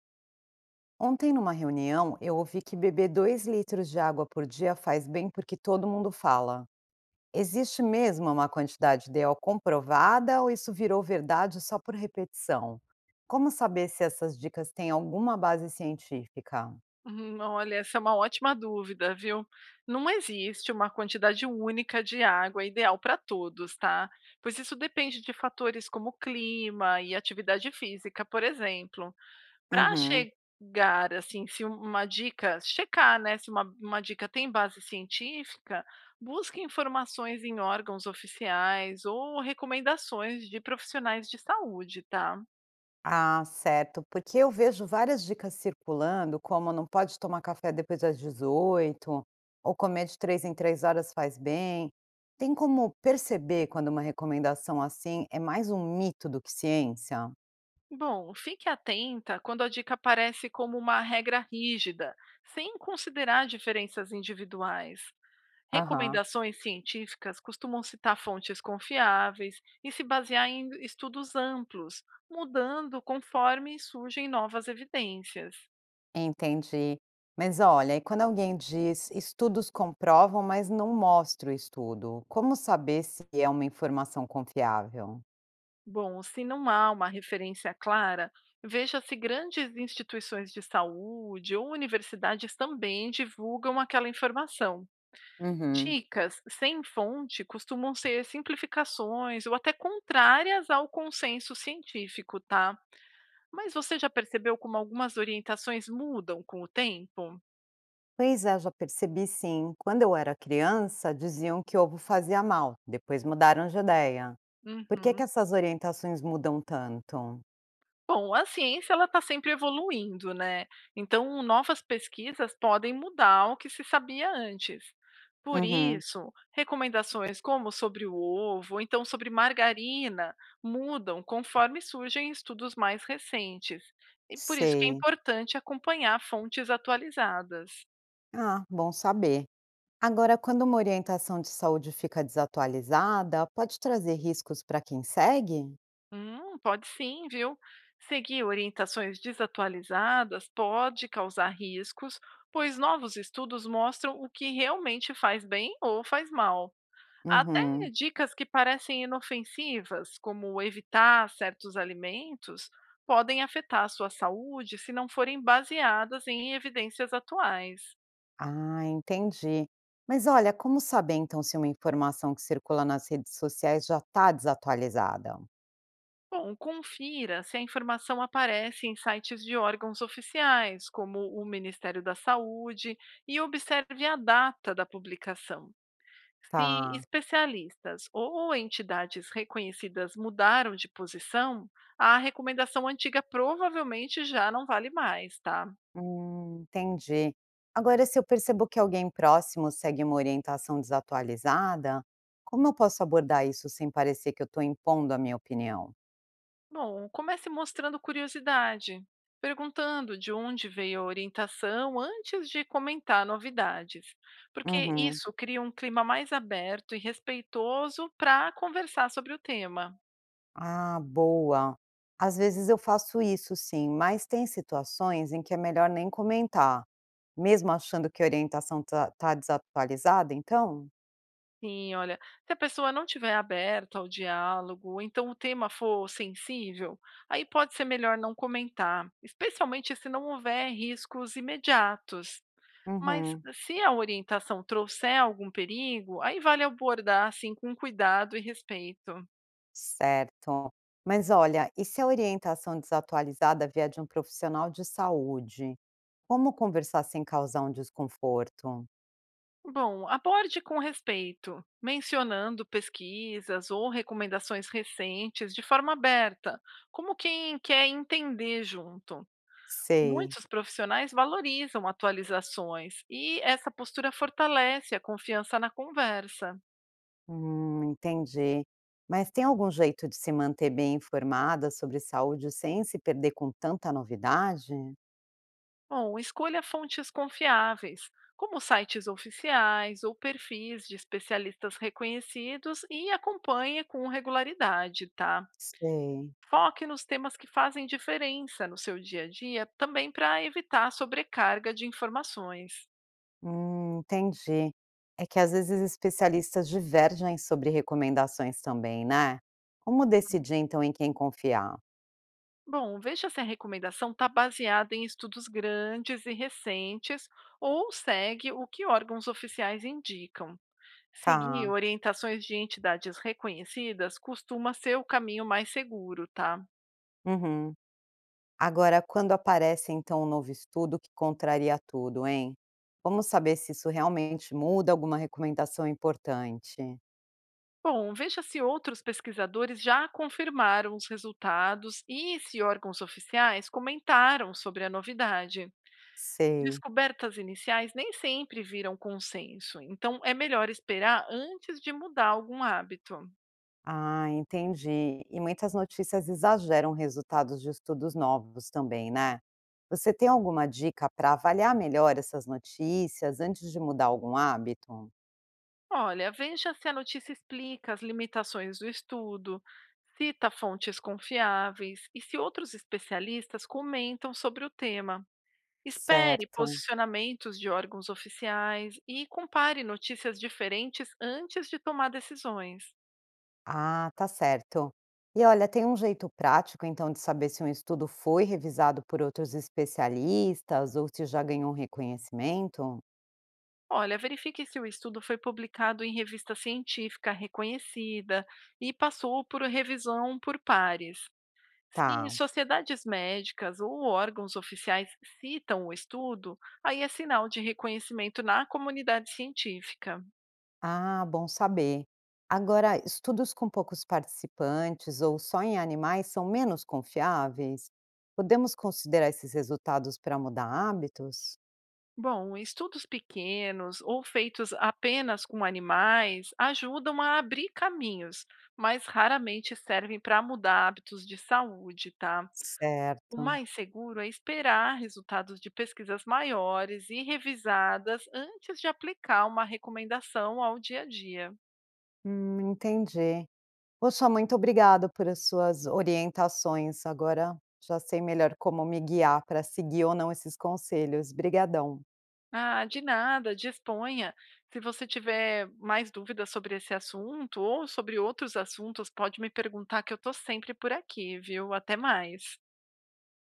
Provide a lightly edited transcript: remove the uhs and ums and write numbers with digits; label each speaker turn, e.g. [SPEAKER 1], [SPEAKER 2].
[SPEAKER 1] Ontem, numa reunião, eu ouvi que beber 2 litros de água por dia faz bem porque todo mundo fala. Existe mesmo uma quantidade ideal comprovada ou isso virou verdade só por repetição? Como saber se essas dicas têm alguma base científica?
[SPEAKER 2] Olha, essa é uma ótima dúvida, viu? Não existe uma quantidade única de água ideal para todos, tá? Pois isso depende de fatores como clima e atividade física, por exemplo. Para
[SPEAKER 1] Uhum.
[SPEAKER 2] chegar, assim, se uma dica, checar, né, se uma dica tem base científica, busque informações em órgãos oficiais ou recomendações de profissionais de saúde, tá?
[SPEAKER 1] Ah, certo, porque eu vejo várias dicas circulando, como não pode tomar café depois das 18 ou comer de 3 em 3 horas faz bem. Tem como perceber quando uma recomendação assim é mais um mito do que ciência?
[SPEAKER 2] Bom, fique atenta quando a dica aparece como uma regra rígida, sem considerar diferenças individuais.
[SPEAKER 1] Aham.
[SPEAKER 2] Recomendações científicas costumam citar fontes confiáveis e se basear em estudos amplos, mudando conforme surgem novas evidências.
[SPEAKER 1] Entendi. Mas olha, e quando alguém diz estudos comprovam, mas não mostra o estudo, como saber se é uma informação confiável?
[SPEAKER 2] Bom, se não há uma referência clara, veja se grandes instituições de saúde ou universidades também divulgam aquela informação.
[SPEAKER 1] Uhum.
[SPEAKER 2] Dicas sem fonte costumam ser simplificações ou até contrárias ao consenso científico, tá? Mas você já percebeu como algumas orientações mudam com o tempo?
[SPEAKER 1] Pois é, já percebi sim. Quando eu era criança, diziam que ovo fazia mal, depois mudaram de ideia. Por que que
[SPEAKER 2] Uhum.
[SPEAKER 1] essas orientações mudam tanto?
[SPEAKER 2] Bom, a ciência ela está sempre evoluindo, né? Então, novas pesquisas podem mudar o que se sabia antes. Por
[SPEAKER 1] Uhum,
[SPEAKER 2] isso, recomendações como sobre o ovo, ou então sobre margarina, mudam conforme surgem estudos mais recentes. E por isso que é
[SPEAKER 1] sei.
[SPEAKER 2] importante acompanhar fontes atualizadas.
[SPEAKER 1] Ah, bom saber. Agora, quando uma orientação de saúde fica desatualizada, pode trazer riscos para quem segue?
[SPEAKER 2] Pode sim, viu? Seguir orientações desatualizadas pode causar riscos, pois novos estudos mostram o que realmente faz bem ou faz mal. Até
[SPEAKER 1] Uhum.
[SPEAKER 2] dicas que parecem inofensivas, como evitar certos alimentos, podem afetar a sua saúde se não forem baseadas em evidências atuais.
[SPEAKER 1] Ah, entendi. Mas olha, como saber então se uma informação que circula nas redes sociais já está desatualizada?
[SPEAKER 2] Bom, confira se a informação aparece em sites de órgãos oficiais, como o Ministério da Saúde, e observe a data da publicação. Se
[SPEAKER 1] Tá.
[SPEAKER 2] especialistas ou entidades reconhecidas mudaram de posição, a recomendação antiga provavelmente já não vale mais, tá?
[SPEAKER 1] Entendi. Agora, se eu percebo que alguém próximo segue uma orientação desatualizada, como eu posso abordar isso sem parecer que eu estou impondo a minha opinião?
[SPEAKER 2] Bom, comece mostrando curiosidade, perguntando de onde veio a orientação antes de comentar novidades, porque
[SPEAKER 1] Uhum.
[SPEAKER 2] isso cria um clima mais aberto e respeitoso para conversar sobre o tema.
[SPEAKER 1] Ah, boa. Às vezes eu faço isso, sim, mas tem situações em que é melhor nem comentar, mesmo achando que a orientação está desatualizada, então?
[SPEAKER 2] Sim, olha, se a pessoa não tiver aberta ao diálogo, ou então o tema for sensível, aí pode ser melhor não comentar, especialmente se não houver riscos imediatos. Mas
[SPEAKER 1] Uhum.
[SPEAKER 2] se a orientação trouxer algum perigo, aí vale abordar assim com cuidado e respeito.
[SPEAKER 1] Certo. Mas olha, e se a orientação desatualizada vier de um profissional de saúde? Como conversar sem causar um desconforto?
[SPEAKER 2] Bom, aborde com respeito, mencionando pesquisas ou recomendações recentes de forma aberta, como quem quer entender junto.
[SPEAKER 1] Sei.
[SPEAKER 2] Muitos profissionais valorizam atualizações e essa postura fortalece a confiança na conversa.
[SPEAKER 1] Entendi. Mas tem algum jeito de se manter bem informada sobre saúde sem se perder com tanta novidade?
[SPEAKER 2] Bom, escolha fontes confiáveis, como sites oficiais ou perfis de especialistas reconhecidos e acompanhe com regularidade, tá?
[SPEAKER 1] Sei.
[SPEAKER 2] Foque nos temas que fazem diferença no seu dia a dia, também para evitar sobrecarga de informações.
[SPEAKER 1] Entendi. É que às vezes especialistas divergem sobre recomendações também, né? Como decidir então em quem confiar?
[SPEAKER 2] Bom, veja se a recomendação está baseada em estudos grandes e recentes ou segue o que órgãos oficiais indicam. Seguir
[SPEAKER 1] Tá.
[SPEAKER 2] orientações de entidades reconhecidas costuma ser o caminho mais seguro, tá?
[SPEAKER 1] Uhum. Agora, quando aparece então um novo estudo que contraria tudo, hein? Vamos saber se isso realmente muda alguma recomendação importante.
[SPEAKER 2] Bom, veja se outros pesquisadores já confirmaram os resultados e se órgãos oficiais comentaram sobre a novidade.
[SPEAKER 1] Sei.
[SPEAKER 2] Descobertas iniciais nem sempre viram consenso, então é melhor esperar antes de mudar algum hábito.
[SPEAKER 1] Ah, entendi. E muitas notícias exageram resultados de estudos novos também, né? Você tem alguma dica para avaliar melhor essas notícias antes de mudar algum hábito?
[SPEAKER 2] Olha, veja se a notícia explica as limitações do estudo, cita fontes confiáveis e se outros especialistas comentam sobre o tema. Espere
[SPEAKER 1] Certo.
[SPEAKER 2] posicionamentos de órgãos oficiais e compare notícias diferentes antes de tomar decisões.
[SPEAKER 1] Ah, tá certo. E olha, tem um jeito prático, então, de saber se um estudo foi revisado por outros especialistas ou se já ganhou um reconhecimento?
[SPEAKER 2] Olha, verifique se o estudo foi publicado em revista científica reconhecida e passou por revisão por pares. Se
[SPEAKER 1] Tá.
[SPEAKER 2] sociedades médicas ou órgãos oficiais citam o estudo, aí é sinal de reconhecimento na comunidade científica.
[SPEAKER 1] Ah, bom saber. Agora, estudos com poucos participantes ou só em animais são menos confiáveis? Podemos considerar esses resultados para mudar hábitos?
[SPEAKER 2] Bom, estudos pequenos ou feitos apenas com animais ajudam a abrir caminhos, mas raramente servem para mudar hábitos de saúde, tá? O
[SPEAKER 1] Certo.
[SPEAKER 2] mais seguro é esperar resultados de pesquisas maiores e revisadas antes de aplicar uma recomendação ao dia a dia.
[SPEAKER 1] Entendi. Poxa, muito obrigada por as suas orientações. Agora já sei melhor como me guiar para seguir ou não esses conselhos. Obrigadão.
[SPEAKER 2] Ah, de nada, disponha. Se você tiver mais dúvidas sobre esse assunto ou sobre outros assuntos, pode me perguntar que eu estou sempre por aqui, viu? Até mais.